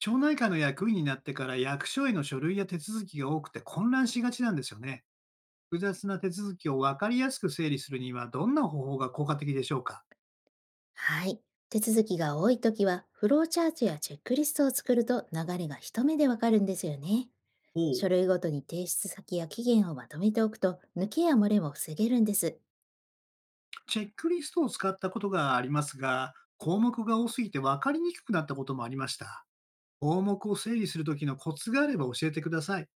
町内会の役員になってから役所への書類や手続きが多くて混乱しがちなんですよね。複雑な手続きを分かりやすく整理するにはどんな方法が効果的でしょうか？はい。手続きが多いときは、フローチャートやチェックリストを作ると流れが一目でわかるんですよね。ほう。書類ごとに提出先や期限をまとめておくと、抜けや漏れも防げるんです。チェックリストを使ったことがありますが、項目が多すぎて分かりにくくなったこともありました。項目を整理するときのコツがあれば教えてください。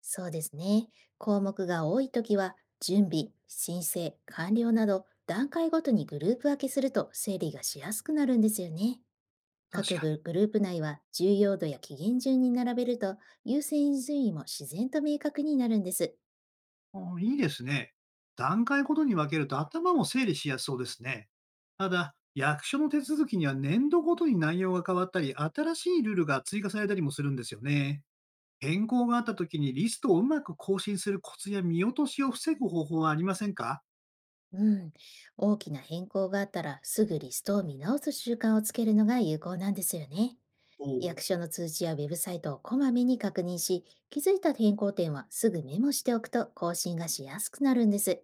そうですね。項目が多いときは、準備、申請、完了など、段階ごとにグループ分けすると整理がしやすくなるんですよね。確各かに。部グループ内は重要度や期限順に並べると、優先順位も自然と明確になるんです。いいですね。段階ごとに分けると頭も整理しやすそうですね。ただ、役所の手続きには年度ごとに内容が変わったり、新しいルールが追加されたりもするんですよね。変更があった時にリストをうまく更新するコツや見落としを防ぐ方法はありませんか？うん、大きな変更があったらすぐリストを見直す習慣をつけるのが有効なんですよね。おお。役所の通知やウェブサイトをこまめに確認し、気づいた変更点はすぐメモしておくと更新がしやすくなるんです。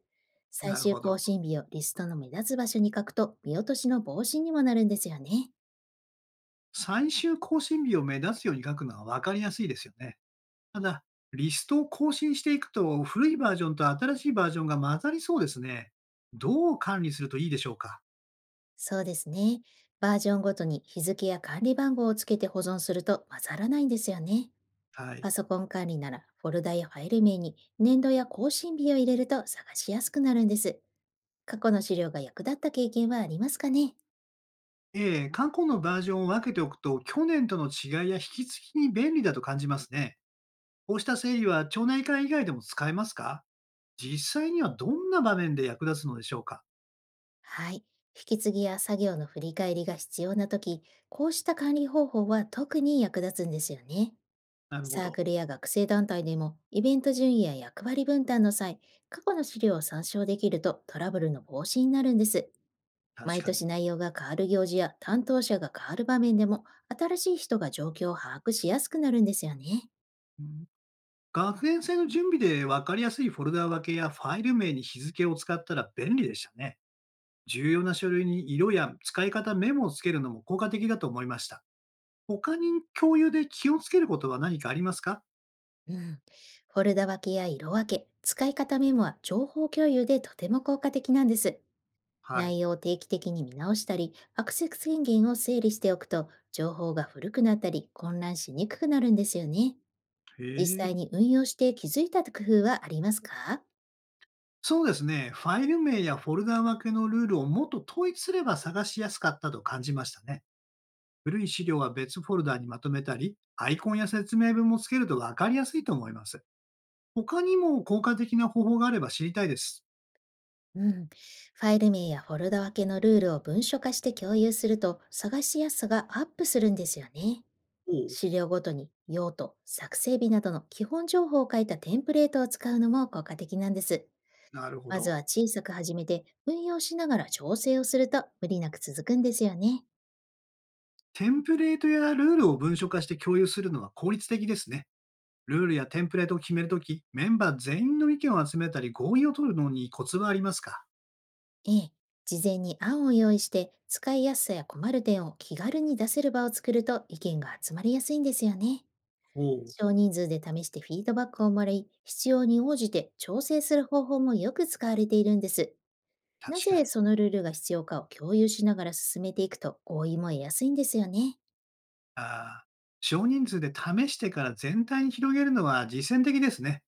最なる終ほ更ど。新日をリストの目立つ場所に書くと、見落としの防止にもなるんですよね。最終更新日を目指すように書くのは分かりやすいですよね。ただ、リストを更新していくと、古いバージョンと新しいバージョンが混ざりそうですね。どう管理するといいでしょうか？そうですね。バージョンごとに日付や管理番号をつけて保存すると混ざらないんですよね。はい。パソコン管理ならフォルダやファイル名に年度や更新日を入れると探しやすくなるんです。過去の資料が役立った経験はありますかね？ええ、過去のバージョンを分けておくと、去年との違いや引き継ぎに便利だと感じますね。こうした整理は町内会以外でも使えますか？実際にはどんな場面で役立つのでしょうか？はい。引き継ぎや作業の振り返りが必要な時、こうした管理方法は特に役立つんですよね。なるほサーど。クルや学生団体でもイベント順位や役割分担の際、過去の資料を参照できるとトラブルの防止になるんです。確毎かに。年内容が変わる行事や担当者が変わる場面でも、新しい人が状況を把握しやすくなるんですよね。うん。学園祭の準備で分かりやすいフォルダ分けやファイル名に日付を使ったら便利でしたね。重要な書類に色や使い方メモをつけるのも効果的だと思いました。他に共有で気をつけることは何かありますか？うん。フォルダ分けや色分け、使い方メモは情報共有でとても効果的なんです。はい。内容を定期的に見直したり、アクセス権限を整理しておくと、情報が古くなったり混乱しにくくなるんですよね。へ実え。際に運用して気づいた工夫はありますか？そうですね。ファイル名やフォルダ分けのルールをもっと統一すれば探しやすかったと感じましたね。古い資料は別フォルダにまとめたり、アイコンや説明文もつけると分かりやすいと思います。他にも効果的な方法があれば知りたいです。うん。ファイル名やフォルダ分けのルールを文書化して共有すると、探しやすさがアップするんですよね。おお、資料ごとに用途、作成日などの基本情報を書いたテンプレートを使うのも効果的なんです。なるほまど。ずは小さく始めて、運用しながら調整をすると無理なく続くんですよね。テンプレートやルールを文書化して共有するのは効率的ですね。ルールやテンプレートを決めるとき、メンバー全員の意見を集めたり合意を取るのにコツはありますか？ええ。事前に案を用意して、使いやすさや困る点を気軽に出せる場を作ると意見が集まりやすいんですよね。おお。少人数で試してフィードバックをもらい、必要に応じて調整する方法もよく使われているんです。な確かぜに。そのルールが必要かを共有しながら進めていくと合意も得やすいんですよね。ああ、少人数で試してから全体に広げるのは実践的ですね。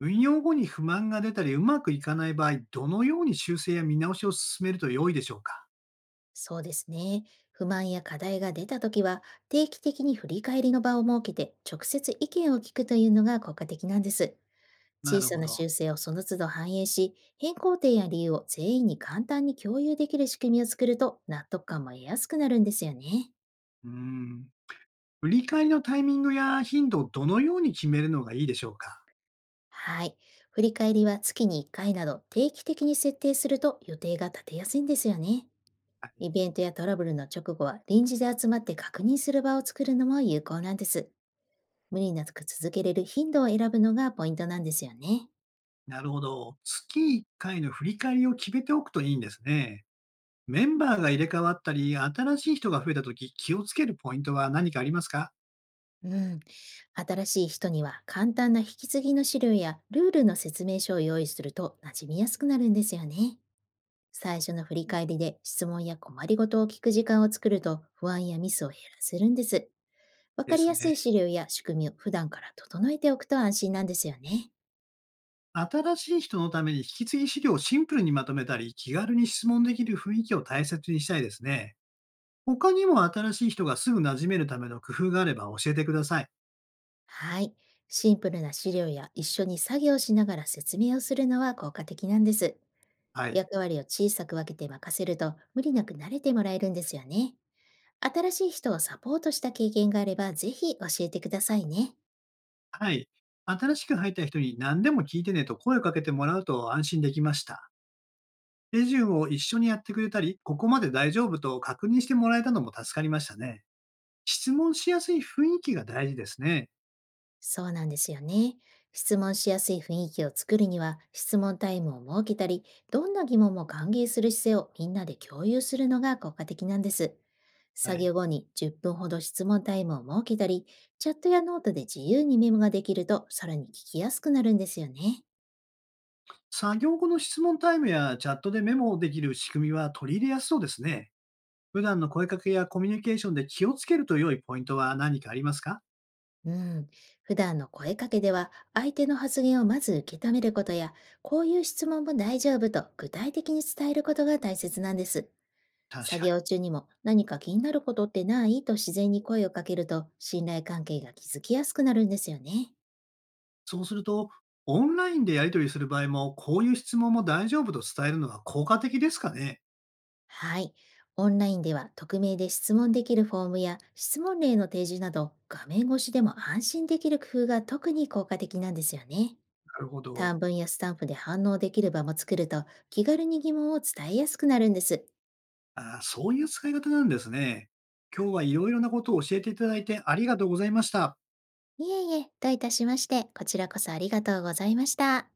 運用後に不満が出たりうまくいかない場合、どのように修正や見直しを進めると良いでしょうか？そうですね。不満や課題が出たときは、定期的に振り返りの場を設けて直接意見を聞くというのが効果的なんです。な小るさほなど。修正をその都度反映し、変更点や理由を全員に簡単に共有できる仕組みを作ると、納得感も得やすくなるんですよね。うーん。振り返りのタイミングや頻度をどのように決めるのがいいでしょうか？はい。振り返りは月に1回など定期的に設定すると予定が立てやすいんですよね。イベントやトラブルの直後は臨時で集まって確認する場を作るのも有効なんです。無理なく続けれる頻度を選ぶのがポイントなんですよね。なるほど。月1回の振り返りを決めておくといいんですね。メンバーが入れ替わったり、新しい人が増えたとき、気をつけるポイントは何かありますか？うん。新しい人には簡単な引き継ぎの資料やルールの説明書を用意すると馴染みやすくなるんですよね。最初の振り返りで質問や困りごとを聞く時間を作ると、不安やミスを減らせるんです。わでかりすやすいね。資料や仕組みを普段から整えておくと安心なんですよね。新しい人のために引き継ぎ資料をシンプルにまとめたり、気軽に質問できる雰囲気を大切にしたいですね。他にも新しい人がすぐ馴染めるための工夫があれば教えてください。はい。シンプルな資料や一緒に作業しながら説明をするのは効果的なんです。はい。役割を小さく分けて任せると無理なく慣れてもらえるんですよね。新しい人をサポートした経験があればぜひ教えてくださいね。はい。新しく入った人に何でも聞いてねと声をかけてもらうと安心できました。手順を一緒にやってくれたり、ここまで大丈夫と確認してもらえたのも助かりましたね。質問しやすい雰囲気が大事ですね。そうなんですよね。質問しやすい雰囲気を作るには、質問タイムを設けたり、どんな疑問も歓迎する姿勢をみんなで共有するのが効果的なんです。は作い。業後に10分ほど質問タイムを設けたり、チャットやノートで自由にメモができると、さらに聞きやすくなるんですよね。作業後の質問タイムやチャットでメモできる仕組みは取り入れやすそうですね。普段の声かけやコミュニケーションで気をつけると良いポイントは何かありますか？うん。普段の声かけでは、相手の発言をまず受け止めることや、こういう質問も大丈夫と具体的に伝えることが大切なんです。確作かに。業中にも何か気になることってないと自然に声をかけると、信頼関係が築きやすくなるんですよね。そうすると、オンラインでやり取りする場合も、こういう質問も大丈夫と伝えるのは効果的ですかね？はい。オンラインでは匿名で質問できるフォームや質問例の提示など、画面越しでも安心できる工夫が特に効果的なんですよね。なるほど。短文やスタンプで反応できる場も作ると気軽に疑問を伝えやすくなるんです。あー、そういう使い方なんですね。今日はいろいろなことを教えていただいてありがとうございました。いえいえ、どういたしまして、こちらこそありがとうございました。